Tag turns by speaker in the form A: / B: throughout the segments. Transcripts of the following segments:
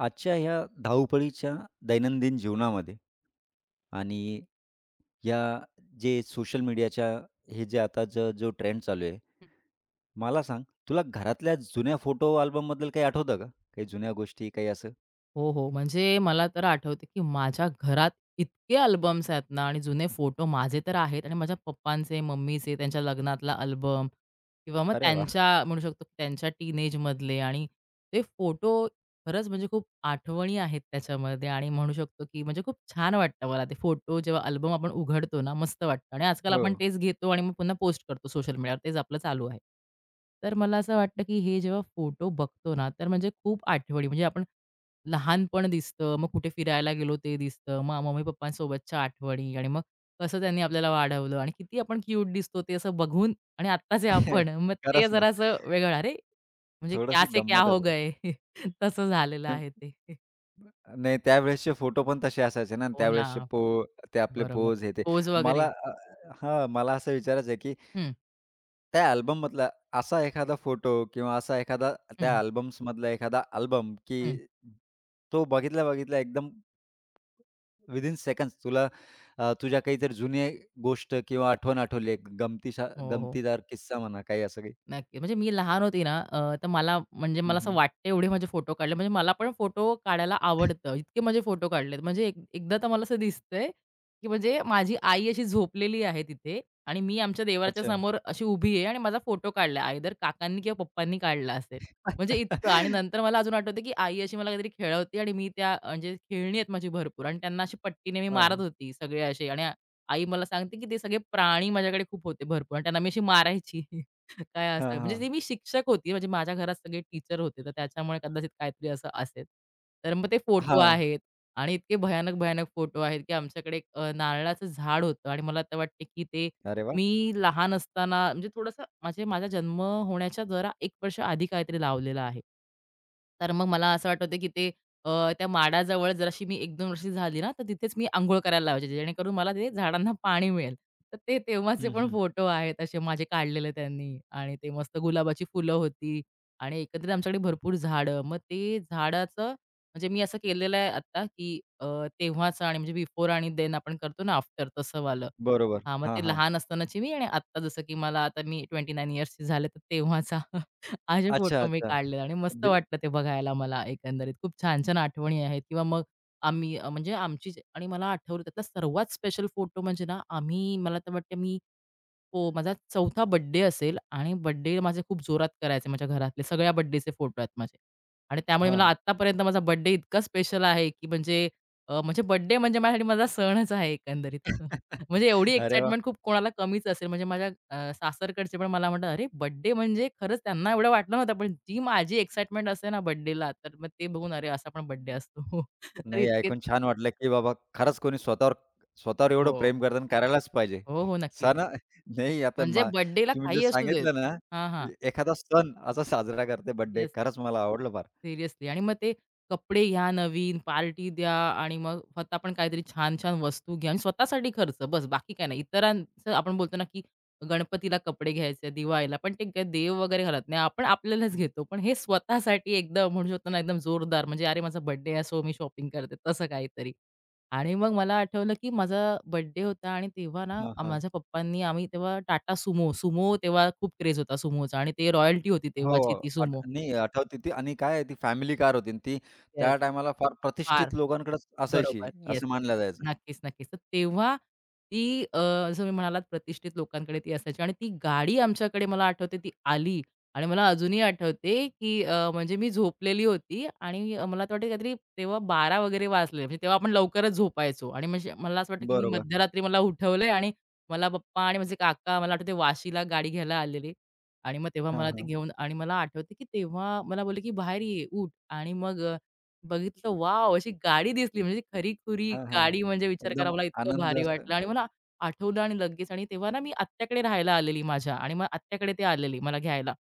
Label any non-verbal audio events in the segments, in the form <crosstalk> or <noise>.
A: आजच्या ह्या धावपळीच्या दैनंदिन जीवनामध्ये आणि या जे सोशल मीडियाच्या हे जे आता जो जो ट्रेंड चालू आहे,
B: हं.
A: मला सांग तुला घरातल्या जुन्या फोटो अल्बमबद्दल काही आठवतं का? काही जुन्या गोष्टी काही असं?
B: हो, हो. म्हणजे मला तर आठवतं, की माझ्या घरात इतके अल्बम्स आहेत ना आणि जुने फोटो माझे तर आहेत आणि माझ्या पप्पांचे, मम्मीचे, त्यांच्या लग्नातला अल्बम किंवा मग
A: अरे वाह!
B: त्यांच्या म्हणू शकतो, की त्यांच्या टीनेजमधले आणि ते फोटो खरंच म्हणजे खूप आठवणी आहेत त्याच्यामध्ये आणि म्हणू शकतो, की म्हणजे खूप छान वाटतं मला ते फोटो जेव्हा अल्बम आपण उघडतो ना, मस्त वाटतं आणि आजकाल
A: हो.
B: आपण तेच घेतो आणि मग पुन्हा पोस्ट करतो सोशल मीडियावर. तेच आपलं चालू आहे. तर मला असं वाटतं, की हे जेव्हा फोटो बघतो ना, तर म्हणजे खूप आठवणी म्हणजे आपण लहानपण दिसतं, मग कुठे फिरायला गेलो ते दिसतं, मग मम्मी-पप्पांसोबतच्या आठवणी आणि मग कसं त्यांनी आपल्याला वाढवलं आणि किती आपण क्यूट दिसतो ते असं बघून आणि आत्ताचे
A: <laughs>
B: आपण, मग ते
A: खरंच ना.
B: जरासं वेगळं. अरे, म्हणजे क्या
A: थोडीशी
B: से क्या हो
A: गंमतच
B: गए. <laughs> तसं झालेलं
A: आहे.
B: आहे ते.
A: नाही, त्यावेळेसचे फोटो पण तसे असायचे ना आणि
B: हो ना.
A: त्यावेळेसचे ते आपले
B: बरोबर.
A: पोज हे ते.
B: पोज
A: मला
B: वगैरे.
A: अ, हां, मला असं विचारायचं आहे की
B: हं,
A: त्या अल्बममधला असा एखादा फोटो किंवा असा एखादा त्या
B: हं,
A: अल्बम्समधला एखादा अल्बम की
B: हं.
A: तो बघितला-बघितला एकदम विदिन सेकंड्स तुझ्या काहीतरी जुनी गोष्ट किंवा आठवण आठवली आहे,
B: हो, हो.
A: गमतीदार किस्सा म्हणा काही असं काही?
B: नक्की. म्हणजे मी लहान होती ना, तर मला म्हणजे
A: हं,
B: मला असं
A: हं.
B: वाटतं एवढे माझे फोटो काढले. म्हणजे मला पण फोटो काढायला आवडतं. इतके माझे फोटो काढलेत. म्हणजे एकदा तर मला असं दिसतंय, की म्हणजे माझी आई अशी झोपलेली आहे तिथे आणि मी आमच्या देवाच्या
A: अच्छा.
B: समोर अशी उभी आहे आणि माझा फोटो काढला. आयदर काकांनी किंवा पप्पांनी काढला असेल. म्हणजे इतकं आणि
A: <laughs>
B: नंतर मला अजून आठवतं, की आई अशी मला काहीतरी खेळवते आणि मी त्या म्हणजे खेळणी आहेत माझी भरपूर आणि त्यांना अशी पट्टीने मी मारत
A: हां,
B: होती सगळे असे आणि आई मला सांगते, की ते सगळे प्राणी माझ्याकडे खूप होते भरपूर आणि त्यांना मी अशी मारायची. काय
A: हां,
B: असं म्हणजे
A: हां.
B: ती मी शिक्षक होती. म्हणजे माझ्या घरात सगळे टीचर होते. तर त्याच्यामुळे कदाचित काहीतरी असं असेल. तर मग ते फोटो
A: हां.
B: आहेत आणि इतके भयानक, भयानक फोटो आहेत, की आमच्याकडे एक नारळाचं झाड होतं आणि मला तर वाटते, की ते
A: अरे वाह!
B: मी लहान असताना म्हणजे थोडंसं म्हणजे माझा जन्म होण्याच्या जरा 1 वर्ष आधी काहीतरी लावलेलं आहे. तर मग मला असं वाटतं, की ते त्या माडाजवळ जराशी मी एक 2 वर्षाची झाली ना, तर तिथेच मी अंघोळ करायला लावायचे, जेणेकरून मला ते झाडांना पाणी मिळेल. तर ते तेव्हाचे
A: हं,
B: पण
A: हं.
B: फोटो आहेत असे माझे काढलेले त्यांनी आणि ते मस्त गुलाबाची फुलं होती आणि एकंदरीत आमच्याकडे भरपूर झाडं. मग ते झाडाचं म्हणजे मी असं केलेलं आहे आता, की तेव्हाचं आणि म्हणजे बिफोर आणि देन आपण करतो ना आफ्टर तसं वालं.
A: बरोबर.
B: हां, मग
A: हां,
B: ते
A: हां.
B: लहान असतानाची मी आणि आत्ता जसं की मला आता मी 29 इयर्सची झाले, तर तेव्हाचा. असे
A: अच्छा,
B: फोटो मी
A: अच्छा.
B: काढले आणि मस्त
A: बी
B: वाटलं ते बघायला मला एकंदरीत. खूप छान-छान आठवणी आहेत किंवा मग आम्ही म्हणजे आमची आणि मला आठवलं त्यातला सर्वात स्पेशल फोटो म्हणजे ना, आम्ही मला तर वाटतं मी हो, माझा 4था बर्थडे असेल आणि बर्थडे माझे खूप जोरात करायचे माझ्या घरातले. सगळ्या बर्थडेचे फोटो आहेत माझे आणि त्यामुळे मला
A: हां.
B: आत्तापर्यंत माझा बर्थडे इतका स्पेशल आहे, की म्हणजे म्हणजे बर्थडे म्हणजे माझ्यासाठी माझा सणच आहे एकंदरीत. <laughs> म्हणजे एवढी
A: <laughs> अरे वाह!
B: एक्साईटमेंट खूप कोणाला कमीच असेल. म्हणजे माझ्या सासरकडचे पण मला म्हणतात, "अरे, बर्थडे म्हणजे खरंच त्यांना एवढं वाटलं नव्हतं, पण जी माझी एक्साईटमेंट असते ना बर्थडेला, तर मग ते बघून अरे, असा पण बर्थडे असतो." <laughs> तर
A: नाही,
B: इतके
A: ऐकून छान वाटलं, की बाबा खरंच कोणी स्वतःवर स्वतःवर एवढं
B: हो.
A: प्रेम करतं आणि करायलाच पाहिजे.
B: हो, हो, नक्कीच.
A: सण नाही आता
B: म्हणजे बर्थडेला
A: तुम्ही जे
B: काही असू देत.
A: सांगितलं ना,
B: हां, हां.
A: की एखादा सण असा साजरा करते बर्थडे,
B: येस.
A: खरंच मला आवडलं फार.
B: सीरियसली आणि मग ते कपडे घ्या नवीन, पार्टी द्या आणि मग स्वतः पण काहीतरी छान-छान वस्तू घ्या आणि स्वतःसाठी खर्च बस बाकी काही नाही. इतरांचं आपण बोलतो ना, की गणपतीला कपडे घ्यायचे, दिवाळीला, पण ते काही देव वगैरे घालत नाही. आपण आपल्यालाच घेतो. पण हे स्वतःसाठी एकदम म्हणू शकतो ना, एकदम जोरदार म्हणजे अरे माझा बर्थडे आहे सो मी शॉपिंग करते तसं काहीतरी. आणि मग मला आठवलं, की माझा बर्थडे होता आणि तेव्हा ना,
A: हां, हां.
B: माझ्या पप्पांनी आम्ही तेव्हा टाटा सुमो तेव्हा खूप क्रेज होता सुमोचा आणि ते रॉयल्टी होती
A: हो.
B: तेव्हाची ती सुमो.
A: नाही, आठवते ती. आणि काय आहे, ती फॅमिली कार होती आणि ती
B: येस.
A: त्या टायमाला फार
B: फार.
A: प्रतिष्ठित लोकांकडेच असायची,
B: बरोबर. येस.
A: असं मानलं जायचं.
B: नक्कीच, नक्कीच. तर तेव्हा ती अ, जसं तुम्ही म्हणालात प्रतिष्ठित लोकांकडे ती असायची आणि ती गाडी आमच्याकडे मला आठवते ती आली आणि मला अजूनही आठवते, की म्हणजे मी झोपलेली होती आणि मला तर वाटतं काहीतरी तेव्हा 12 वगैरे वाजले. म्हणजे तेव्हा आपण लवकरच झोपायचो आणि म्हणजे मला असं वाटतं, की मी
A: बरोबर.
B: मध्यरात्री मला उठवलंय आणि मला पप्पा आणि माझे काका मला आठवते वाशीला गाडी घ्यायला आलेले आणि मग तेव्हा
A: हां,
B: मला ते
A: हां.
B: घेऊन आणि मला आठवते, की तेव्हा मला बोलले, की "बाहेर ये, उठ" आणि मग बघितलं, वाव अशी गाडी दिसली म्हणजे खरी खुरी
A: हां, हां.
B: गाडी म्हणजे विचार करा
A: एकदम
B: मला इतकं
A: आनंद
B: भारी <laughs>
A: असं.
B: वाटलं आणि मला आठवलं आणि लगेच आणि तेव्हा ना मी आत्याकडे राहायला आलेली माझ्या आणि मग आत्याकडे ते आलेली मला घ्यायला.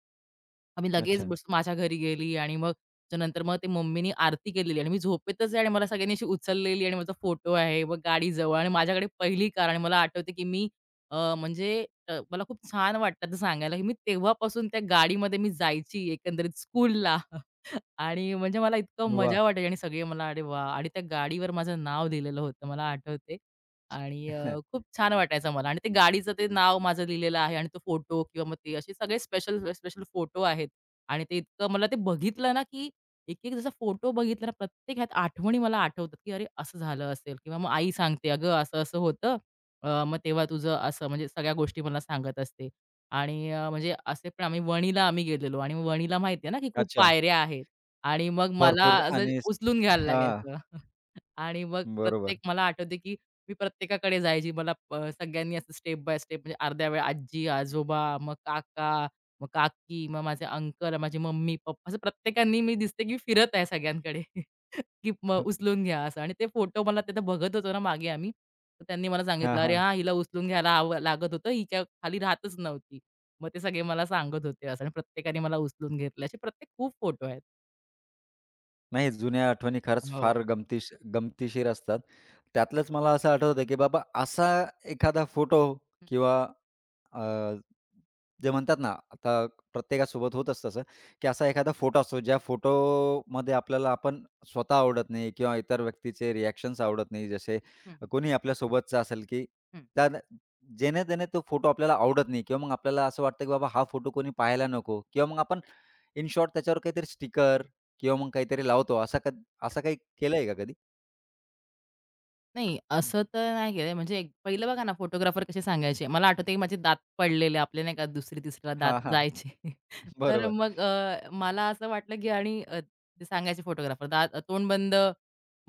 B: आम्ही लगेच
A: अच्छा.
B: बस माझ्या घरी गेली आणि मग त्याच्यानंतर मग ते मम्मीनी आरती केलेली आणि मी झोपेतच आहे आणि मला सगळ्यांनी अशी उचललेली आणि माझा फोटो आहे. मग गाडी जवळ आणि माझ्याकडे पहिली कार आणि मला आठवते, की मी म्हणजे मला खूप छान वाटतं ते सांगायला, की मी तेव्हापासून त्या गाडीमध्ये मी जायची एकंदरीत स्कूलला. <laughs> आणि म्हणजे मला इतकं मजा वाटायची आणि सगळे मला "अरे वाह!" आणि त्या गाडीवर माझं नाव लिहिलेलं होतं मला आठवते आणि
A: <laughs> हं.
B: खूप छान वाटायचं मला आणि ते गाडीचं ते नाव माझं लिहिलेलं आहे आणि तो फोटो किंवा मग ते असे सगळे स्पेशल, स्पेशल फोटो आहेत. आणि ते इतकं मला ते बघितलं ना, की एक-एक जसा फोटो बघितला ना, प्रत्येक ह्यात आठवणी मला आठवतात, की "अरे, असं झालं असेल" किंवा मग आई सांगते, "अगं, असं-असं होतं. मग तेव्हा तुझं असं" म्हणजे सगळ्या गोष्टी मला सांगत असते. आणि म्हणजे असे पण आम्ही वणीला आम्ही गेलेलो आणि मग वणीला माहिती आहे ना, की खूप
A: अच्छा.
B: पायऱ्या आहेत आणि मग मला
A: भरपूर
B: असं
A: आणि
B: उचलून घ्यायला
A: हां,
B: लागायचं. <laughs> आणि मग प्रत्येक
A: बरोबर.
B: मला आठवते, की मी प्रत्येकाकडे जायची. मला सगळ्यांनी असं स्टेप बाय स्टेप म्हणजे अर्ध्या वेळ आजी, आजोबा, मग काका मग काकी, मग माझे अंकल, माझी मम्मी, पप्पा असं प्रत्येकानी मी दिसते की फिरत आहे सगळ्यांकडे, <laughs> की मग
A: हं.
B: उचलून घ्या असं आणि ते फोटो मला तिथं बघत होतो ना मागे आम्ही, तर त्यांनी मला
A: हां,
B: सांगितलं, "अरे
A: हां.
B: हां, हिला उचलून घ्यायला आव लागत होतं, हिच्या खाली राहतच नव्हती." मग ते सगळे मला सांगत होते असं आणि प्रत्येकाने मला उचलून घेतलं. असे प्रत्येक खूप फोटो आहेत.
A: नाही, जुन्या आठवणी खरंच फार
B: हो.
A: गमतीशीर असतात. त्यातलंच मला असं आठवतं, की बाबा असा एखादा फोटो
B: हं,
A: किंवा अ, जे म्हणतात ना, आता प्रत्येकासोबत होतच तसं, की असा एखादा फोटो असतो, ज्या फोटोमध्ये आपल्याला आपण स्वतः आवडत नाही किंवा इतर व्यक्तीचे रिएक्शन्स आवडत नाही. जसे
B: हं, हं,
A: कोणी आपल्यासोबतचा असेल, की त्या जेणे-तेणे तो फोटो आपल्याला आवडत नाही किंवा मग आपल्याला असं वाटतं, की बाबा हा फोटो कोणी पाहायला नको किंवा मग आपण इन शॉर्ट त्याच्यावर काहीतरी स्टिकर किंवा मग काहीतरी लावतो. असा क असं काही केलंय का कधी?
B: नाही, असं तर नाही केलंय. म्हणजे एक पहिलं बघा ना, फोटोग्राफर कसे सांगायचे. मला आठवतंय माझे दात पडलेले आपले नाही का 2री-3रीला दात
A: हां, हां.
B: जायचे. <laughs> तर
A: बरोबर.
B: मग मला असं वाटलं, की आणि ते सांगायचे फोटोग्राफर दात तोंड बंद.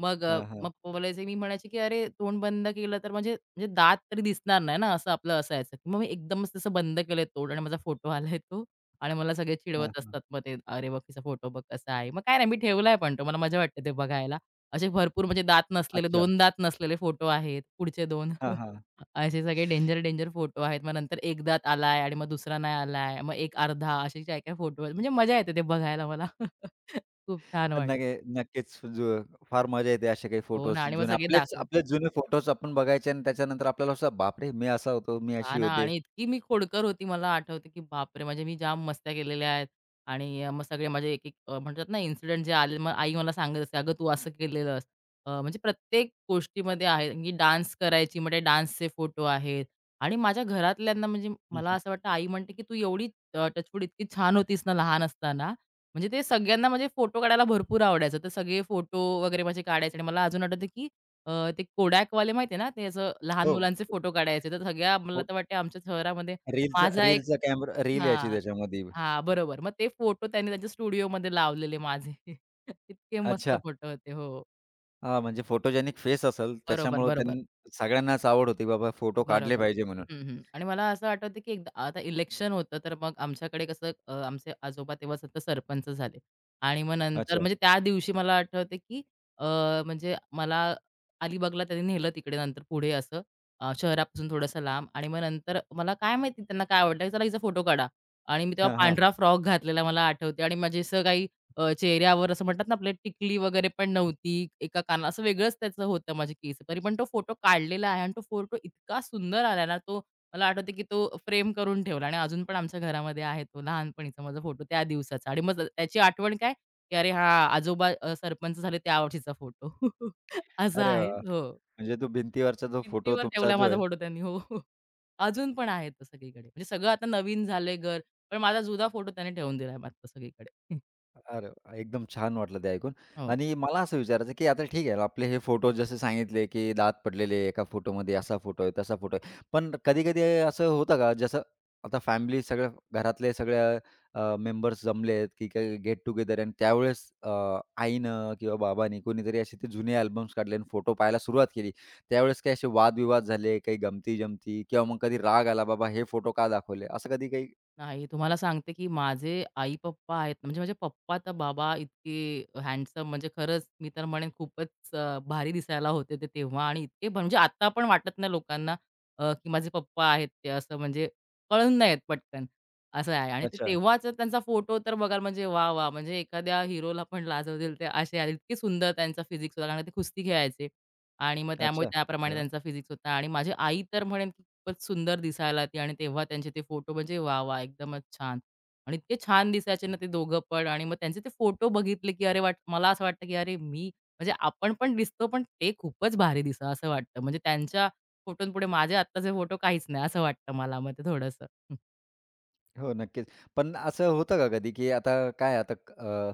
B: मग
A: हां,
B: मग
A: हां.
B: बोलायचे मी म्हणायचे, की "अरे तोंड बंद केलं तर म्हणजे म्हणजे दात तरी दिसणार नाही ना," असं आपलं असायचं. मग मी एकदमच तसं बंद केलंय तोंड आणि माझा फोटो आलाय तो आणि मला सगळे
A: हां,
B: चिडवत
A: हां.
B: असतात मग ते, "अरे बघ तिचा फोटो बघ कसा आहे." मग काय नाही मी ठेवलाय पण तो. मला मजा वाटते ते बघायला. असे भरपूर म्हणजे दात नसलेले
A: अच्छा.
B: 2 दात नसलेले फोटो आहेत. पुढचे 2.
A: हां,
B: <laughs>
A: हां.
B: असे सगळे डेंजर-डेंजर फोटो आहेत. मग नंतर 1 दात आलाय आणि मग दुसरा नाही आलाय. मग एक अर्धा असे काय-काय फोटो आहेत. म्हणजे मजा येते ते बघायला मला. <laughs> खूप छान वाटतं.
A: नक्की नक्कीच जु फार मजा येते असे काही
B: हो ना
A: फोटोज
B: आणि मग
A: जुने,
B: सगळे
A: आपलेच
B: दाखवत
A: आपले जुने फोटोज आपण बघायचे आणि त्याच्यानंतर आपल्याला असं बापरे! मी असा होतो, मी
B: हां
A: अशी
B: ना
A: होते.
B: आणि इतकी मी खोडकर होती मला आठवते, की बापरे! म्हणजे मी ज्या मस्त्या केलेल्या आहेत आणि मग सगळे माझे एक-एक म्हणतात ना इन्सिडेंट जे आले, मग आई मला सांगत असते, "अगं तू असं केलेलंस." म्हणजे प्रत्येक गोष्टीमध्ये आहे, मी डान्स करायची, मग डान्सचे फोटो आहेत आणि माझ्या घरातल्यांना म्हणजे
A: हं,
B: मला
A: हं.
B: असं वाटतं आई म्हणते, की "तू एवढी अ, इतकी छान होतीस ना लहान असताना." म्हणजे ते सगळ्यांना म्हणजे फोटो काढायला भरपूर आवडायचं. तर सगळे फोटो वगैरे माझे काढायचे आणि मला अजून आठवतं, की ते Kodakवाले माहिती आहे ना, ते असं लहान
A: हो,
B: मुलांचे फोटो काढायचे. तर सगळ्या मला
A: हो.
B: तर वाटते आमच्या शहरामध्ये
A: रीलचा
B: माझा एक
A: रीलचा कॅमेरा, रील यायची
B: हां,
A: त्याच्यामध्ये.
B: हां, बरोबर. मग ते फोटो त्यांनी त्यांच्या स्टुडिओमध्ये लावलेले माझे. <laughs> इतके मस्त
A: अच्छा.
B: फोटो होते. हो.
A: हां, म्हणजे फोटोजेनिक फेस असेल
B: बरोबर,
A: त्याच्यामुळं
B: बरोबर.
A: त्यांनी सगळ्यांनाच आवड होती बाबा फोटो काढले
B: बरोबर.
A: पाहिजे म्हणून.
B: हं, हं. आणि मला असं आठवतं, की एकदा आता इलेक्शन होतं, तर मग आमच्याकडे कसं आमचे आजोबा तेव्हा सतत सरपंच झाले आणि मग नंतर
A: अच्छा.
B: म्हणजे त्या दिवशी मला आठवते, की अ, म्हणजे मला अलिबागला त्यांनी नेलं तिकडे नंतर पुढे असं शहरापासून थोडंसं लांब आणि मग नंतर मला काय माहिती त्यांना काय आवडलं, "चला हिचा फोटो काढा." आणि मी तेव्हा
A: हां, हां.
B: पांढरा फ्रॉक घातलेला मला आठवते आणि माझे असं चेहऱ्यावर असं म्हणतात ना आपले टिकली वगैरे पण नव्हती. एका काना असं वेगळंच त्याचं होतं माझे केस. तरी पण तो फोटो काढलेला आहे आणि तो फोटो इतका सुंदर आला ना, तो मला आठवतं की तो फ्रेम करून ठेवला आणि अजून पण आमच्या घरामध्ये आहे तो लहानपणीचा माझा फोटो त्या दिवसाचा. आणि मग त्याची आठवण काय, की अरे हां, आजोबा सरपंच झाले त्या वर्षीचा फोटो. <laughs> असा
A: अरे वाह!
B: आहे.
A: वाह!
B: हो.
A: म्हणजे तो भिंतीवरचा जो फोटो
B: भिंतीवर
A: तुमचा
B: ठेवला
A: जो
B: माझा
A: आहे.
B: फोटो त्यांनी. हो, हो. अजून पण आहे तो सगळीकडे. म्हणजे सगळं आता नवीन झालंय घर, पण माझा जुना फोटो त्याने ठेवून दिलाय मात्र सगळीकडे. <laughs>
A: अरे वाह! एकदम छान वाटलं ते ऐकून.
B: हो.
A: आणि मला असं विचारायचं, की आता ठीक आहे, आपले हे फोटो जसे सांगितले, की दात पडलेले आहे, एका फोटोमध्ये असा फोटो आहे, तसा फोटो आहे. पण कधी-कधी असं होतं का, जसं आता फॅमिली सगळ्या घरातले सगळ्या मेंबर्स जमलेत, की काही गेट टुगेदर आणि त्यावेळेस आईनं किंवा बाबांनी कोणीतरी असे ते जुने अल्बम्स काढले आणि फोटो पाहायला सुरुवात केली. त्यावेळेस काही असे वादविवाद झाले, काही गमती-जमती किंवा मग कधी राग आला, "बाबा हे फोटो का दाखवले?" असं कधी काही.
B: नाही, तुम्हाला सांगते, की माझे आई-पप्पा आहेत, म्हणजे माझे पप्पा तर बाबा इतके हँडसम, म्हणजे खरंच मी तर म्हणेन खूपच भारी दिसायला होते ते तेव्हा. आणि इतके म्हणजे आता पण वाटत नाही लोकांना की माझे पप्पा आहेत ते, असं म्हणजे कळून नाही येत पटकन, असं आहे. आणि ते
A: अच्छा,
B: तेव्हाचा त्यांचा फोटो तर बघाल म्हणजे वाह, वाह! म्हणजे एखाद्या हिरोला पण लाजवतील ते, असे आहेत. इतके सुंदर त्यांचा फिजिक्स होता, कारण ते कुस्ती खेळायचे आणि मग त्यामुळे
A: अच्छा.
B: त्याप्रमाणे
A: अरे
B: त्यांचा फिजिक्स होता. आणि माझी आई तर म्हणेन खूपच सुंदर दिसायला ती. आणि तेव्हा त्यांचे ते फोटो म्हणजे वाह! वाह! एकदमच छान. आणि इतके छान दिसायचे ना ते दोघं पण. आणि मग त्यांचे ते फोटो बघितले, की अरे वाट, मला असं वाटतं, की अरे मी म्हणजे आपण पण दिसतो, पण ते खूपच भारी दिसतात असं वाटतं. म्हणजे त्यांच्या फोटोंपुढे माझे आत्ताचे फोटो काहीच नाही असं वाटतं मला, मग ते थोडंसं. हं.
A: हो, नक्कीच. पण असं होतं का कधी, की आता काय आता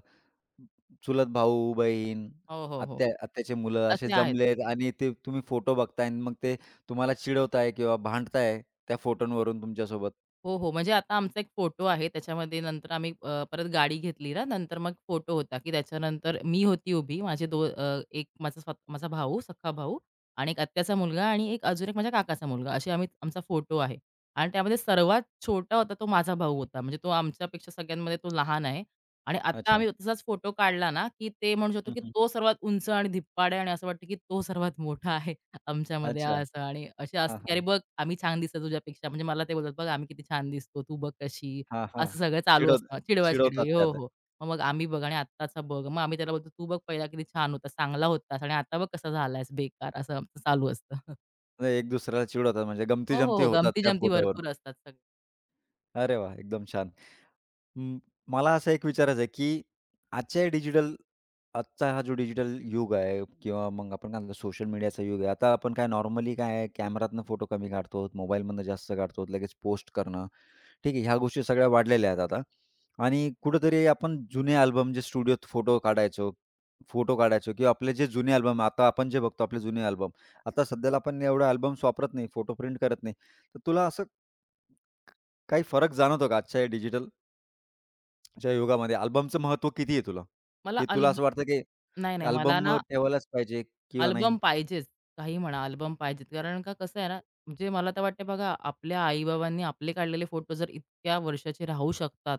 A: चुलत भाऊ-बहीण,
B: हो, हो, हो.
A: आत्या आत्याचे मुलं असे
B: तसे आहेत.
A: जमलेत आणि ते तुम्ही फोटो बघताय आणि मग ते तुम्हाला चिडवताय किंवा भांडताय त्या फोटोंवरून तुमच्यासोबत?
B: हो, हो. म्हणजे आता आमचा एक फोटो आहे. त्याच्यामध्ये नंतर आम्ही परत गाडी घेतली ना, नंतर मग फोटो होता, की त्याच्यानंतर मी होती उभी. एक माझा माझा भाऊ, सख्खा भाऊ आणि एक आत्याचा मुलगा आणि एक माझ्या काकाचा मुलगा. असे आम्ही, आमचा फोटो आहे. आणि त्यामध्ये सर्वात छोटा होता तो माझा भाऊ होता. म्हणजे तो आमच्यापेक्षा सगळ्यांमध्ये तो लहान आहे. आणि आता
A: अच्छा.
B: आम्ही तसाच फोटो काढला ना, की ते म्हणू शकतो,
A: हं,
B: की
A: हं.
B: तो सर्वात उंच आणि धिप्पाड आहे आणि असं वाटतं, की तो सर्वात मोठा आहे. आमच्यामध्ये
A: अच्छा.
B: असं. आणि असे
A: हां,
B: असते, की "अरे
A: हां.
B: बघ, आम्ही छान दिसतो तुझ्यापेक्षा." म्हणजे मला ते बोलतात, "बघ आम्ही किती छान दिसतो, तू बघ कशी."
A: हां, हां.
B: असं सगळं चालू
A: चिडवत
B: असतं.
A: चिडवतात
B: चिडवा-चिडवी.
A: ते
B: हो,
A: आता.
B: हो. मग मग आम्ही बघ आणि आत्ताचा बघ. मग आम्ही त्याला बोलतो, "तू बघ पहिला किती छान होतास, चांगला होतास आणि आता बघ कसा झालायस बेकार." असं आमचं चालू असतं. <laughs>
A: म्हणजे एक दुसऱ्याला चिडवतात म्हणजे
B: हो, हो,
A: गमती-जमती
B: हो.
A: होतात त्या
B: गमती-जमती भरपूर
A: फोटोवरून.
B: असतात सगळ्या.
A: अरे वाह! एकदम छान. म मला असं एक विचारायचं आहे, की आजच्या डिजिटल आजचा हा जो डिजिटल युग आहे किंवा मग आपण काय म्हणतो, सोशल मीडियाचा युग आहे. आता आपण काय नॉर्मली काय आहे, कॅमेरातनं फोटो कमी काढतो, मोबाईलमधनं जास्त काढतो, लगेच पोस्ट करणं, ठीक आहे. ह्या गोष्टी सगळ्या वाढलेल्या आहेत आता आणि कुठेतरी आपण जुने अल्बम जे स्टुडिओत फोटो काढायचो किंवा आपले जे जुने अल्बम, आता आपण जे बघतो आपले जुने अल्बम. आता सध्याला आपण एवढे अल्बम्स वापरत नाही, फोटो प्रिंट करत नाही. तर तुला असं काही फरक जाणवतो का आजच्या डिजिटल तुझ्या युगामध्ये? अल्बमचं महत्त्व किती आहे तुला?
B: मला
A: की तुला
B: अल्ब
A: असं वाटतं की
B: नाही, नाही. मला
A: अल्बम
B: ना
A: ठेवायलाच पाहिजे किंवा
B: अल्बम
A: नाही?
B: पाहिजेच. काही म्हणा, अल्बम पाहिजेत. कारण का कसं आहे ना, म्हणजे मला तर वाटते बघा, आपल्या आई-बाबांनी आपले काढलेले फोटो जर इतक्या वर्षाचे राहू शकतात,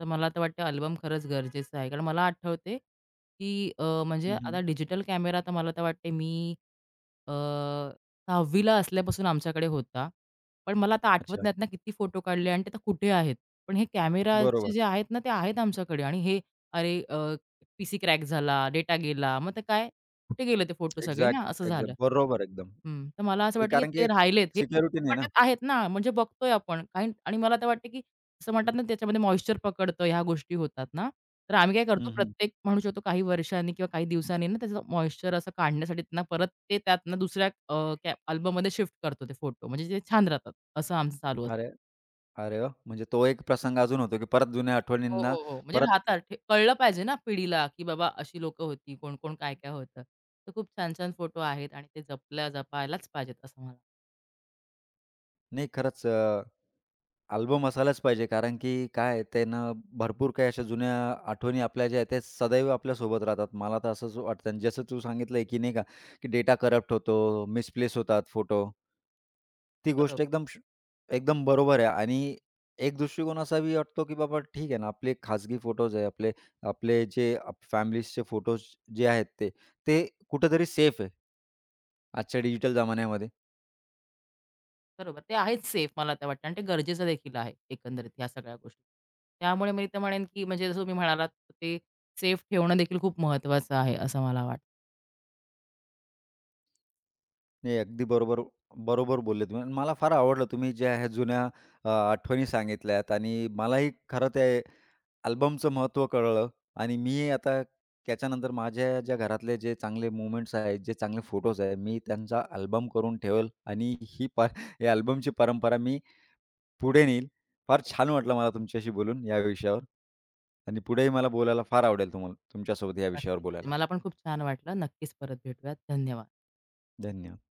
B: तर मला तर वाटतं अल्बम खरंच गरजेचं आहे. कारण मला आठवते, की म्हणजे
A: हं,
B: आता
A: हं.
B: डिजिटल कॅमेरा तर मला तर वाटते मी अ, 6वी असल्यापासून आमच्याकडे होता. पण मला आता आठवत
A: अच्छा.
B: नाहीत ना किती फोटो काढले आणि ते आता कुठे आहेत. पण हे कॅमेराचे
A: बरोबर.
B: जे आहेत ना, ते आहेत आमच्याकडे. आणि हे अरे, पीसी क्रॅक झाला, डेटा गेला, मग ते काय कुठे गेले ते फोटो सगळे
A: एक्झॅक्ट,
B: ना, असं झालं.
A: एक्झॅक्ट. बरोबर एकदम.
B: हं, तर मला असं
A: की
B: वाटतं की
A: कारण
B: ते
A: की
B: राहिलेत. हे
A: सिक्युरिटी नाही ना.
B: पटात आहेत ना, म्हणजे बघतोय आपण काही. आणि मला तर वाटतं की असं म्हणतात ना, त्याच्यामध्ये मॉइश्चर पकडतं, ह्या गोष्टी होतात ना. तर आम्ही काय करतो,
A: हं, हं.
B: प्रत्येक म्हणू शकतो काही वर्षांनी किंवा काही दिवसांनी ना, त्याचं मॉइश्चर असं काढण्यासाठी त्यांना परत ते त्यातनं दुसऱ्या अल्बममध्ये शिफ्ट करतो ते फोटो, म्हणजे ते छान राहतात. असं आमचं चालू असतं.
A: अरे, अरे वाह! म्हणजे तो एक प्रसंग अजून होतो, की परत जुन्या
B: हो,
A: आठवणींना
B: हो, हो. म्हणजे
A: परत.
B: राहतात. ठे कळलं पाहिजे ना पिढीला, की बाबा अशी लोक होती, कोण-कोण, काय-काय होतं. तर खूप छान-छान फोटो आहेत आणि ते जपल्या जपायलाच पाहिजेत असं मला.
A: नाही, खरंच अल्बम असायलाच पाहिजे, कारण की काय आहे, त्यानं भरपूर काही अशा जुन्या आठवणी आपल्या ज्या आहेत, त्या सदैव आपल्यासोबत राहतात. मला तर असंच वाटतं. आणि जसं तू सांगितलंय, की नाही का, की डेटा करप्ट होतो, मिसप्लेस होतात फोटो. ती गोष्ट
B: बरोबर,
A: एकदम बरोबर आहे. आणि एक दृष्टिकोन असाही वाटतो, की बाबा ठीक आहे ना, आपले खाजगी फोटोज आहे, आपले आपले जे फॅमिलीजचे फोटोज जे आहेत ते, ते कुठेतरी सेफ आहे आजच्या डिजिटल जमान्यामध्ये.
B: बरोबर. ते आहेत सेफ मला ते वाटतं आणि ते गरजेचं देखील आहे एकंदरीत ह्या सगळ्या गोष्टी. त्यामुळे मी तर म्हणेन, की म्हणजे जसं तुम्ही म्हणालात ते सेफ ठेवणं देखील खूप महत्त्वाचं आहे असं मला वाटतं.
A: नाही, अगदी बरोबर बरोबर बोलले तुम्ही. आणि मला फार आवडलं तुम्ही ज्या ह्या जुन्या आठवणी सांगितल्यात आणि मलाही खरं ते अल्बमचं महत्त्व कळलं. आणि मी आता त्याच्यानंतर माझ्या ज्या घरातले जे चांगले मोमेंट्स आहेत, जे चांगले फोटोज आहेत, मी त्यांचा अल्बम करून ठेवेल आणि ही प या अल्बमची परंपरा मी पुढे नेईल. फार छान वाटलं मला तुमच्याशी बोलून या विषयावर आणि पुढेही मला बोलायला फार आवडेल तुम्हाला तुमच्यासोबत या विषयावर
B: नक्कीच, नक्कीच.
A: बोलायला.
B: मला पण खूप छान वाटलं. नक्कीच परत भेटूयात. धन्यवाद.
A: धन्यवाद.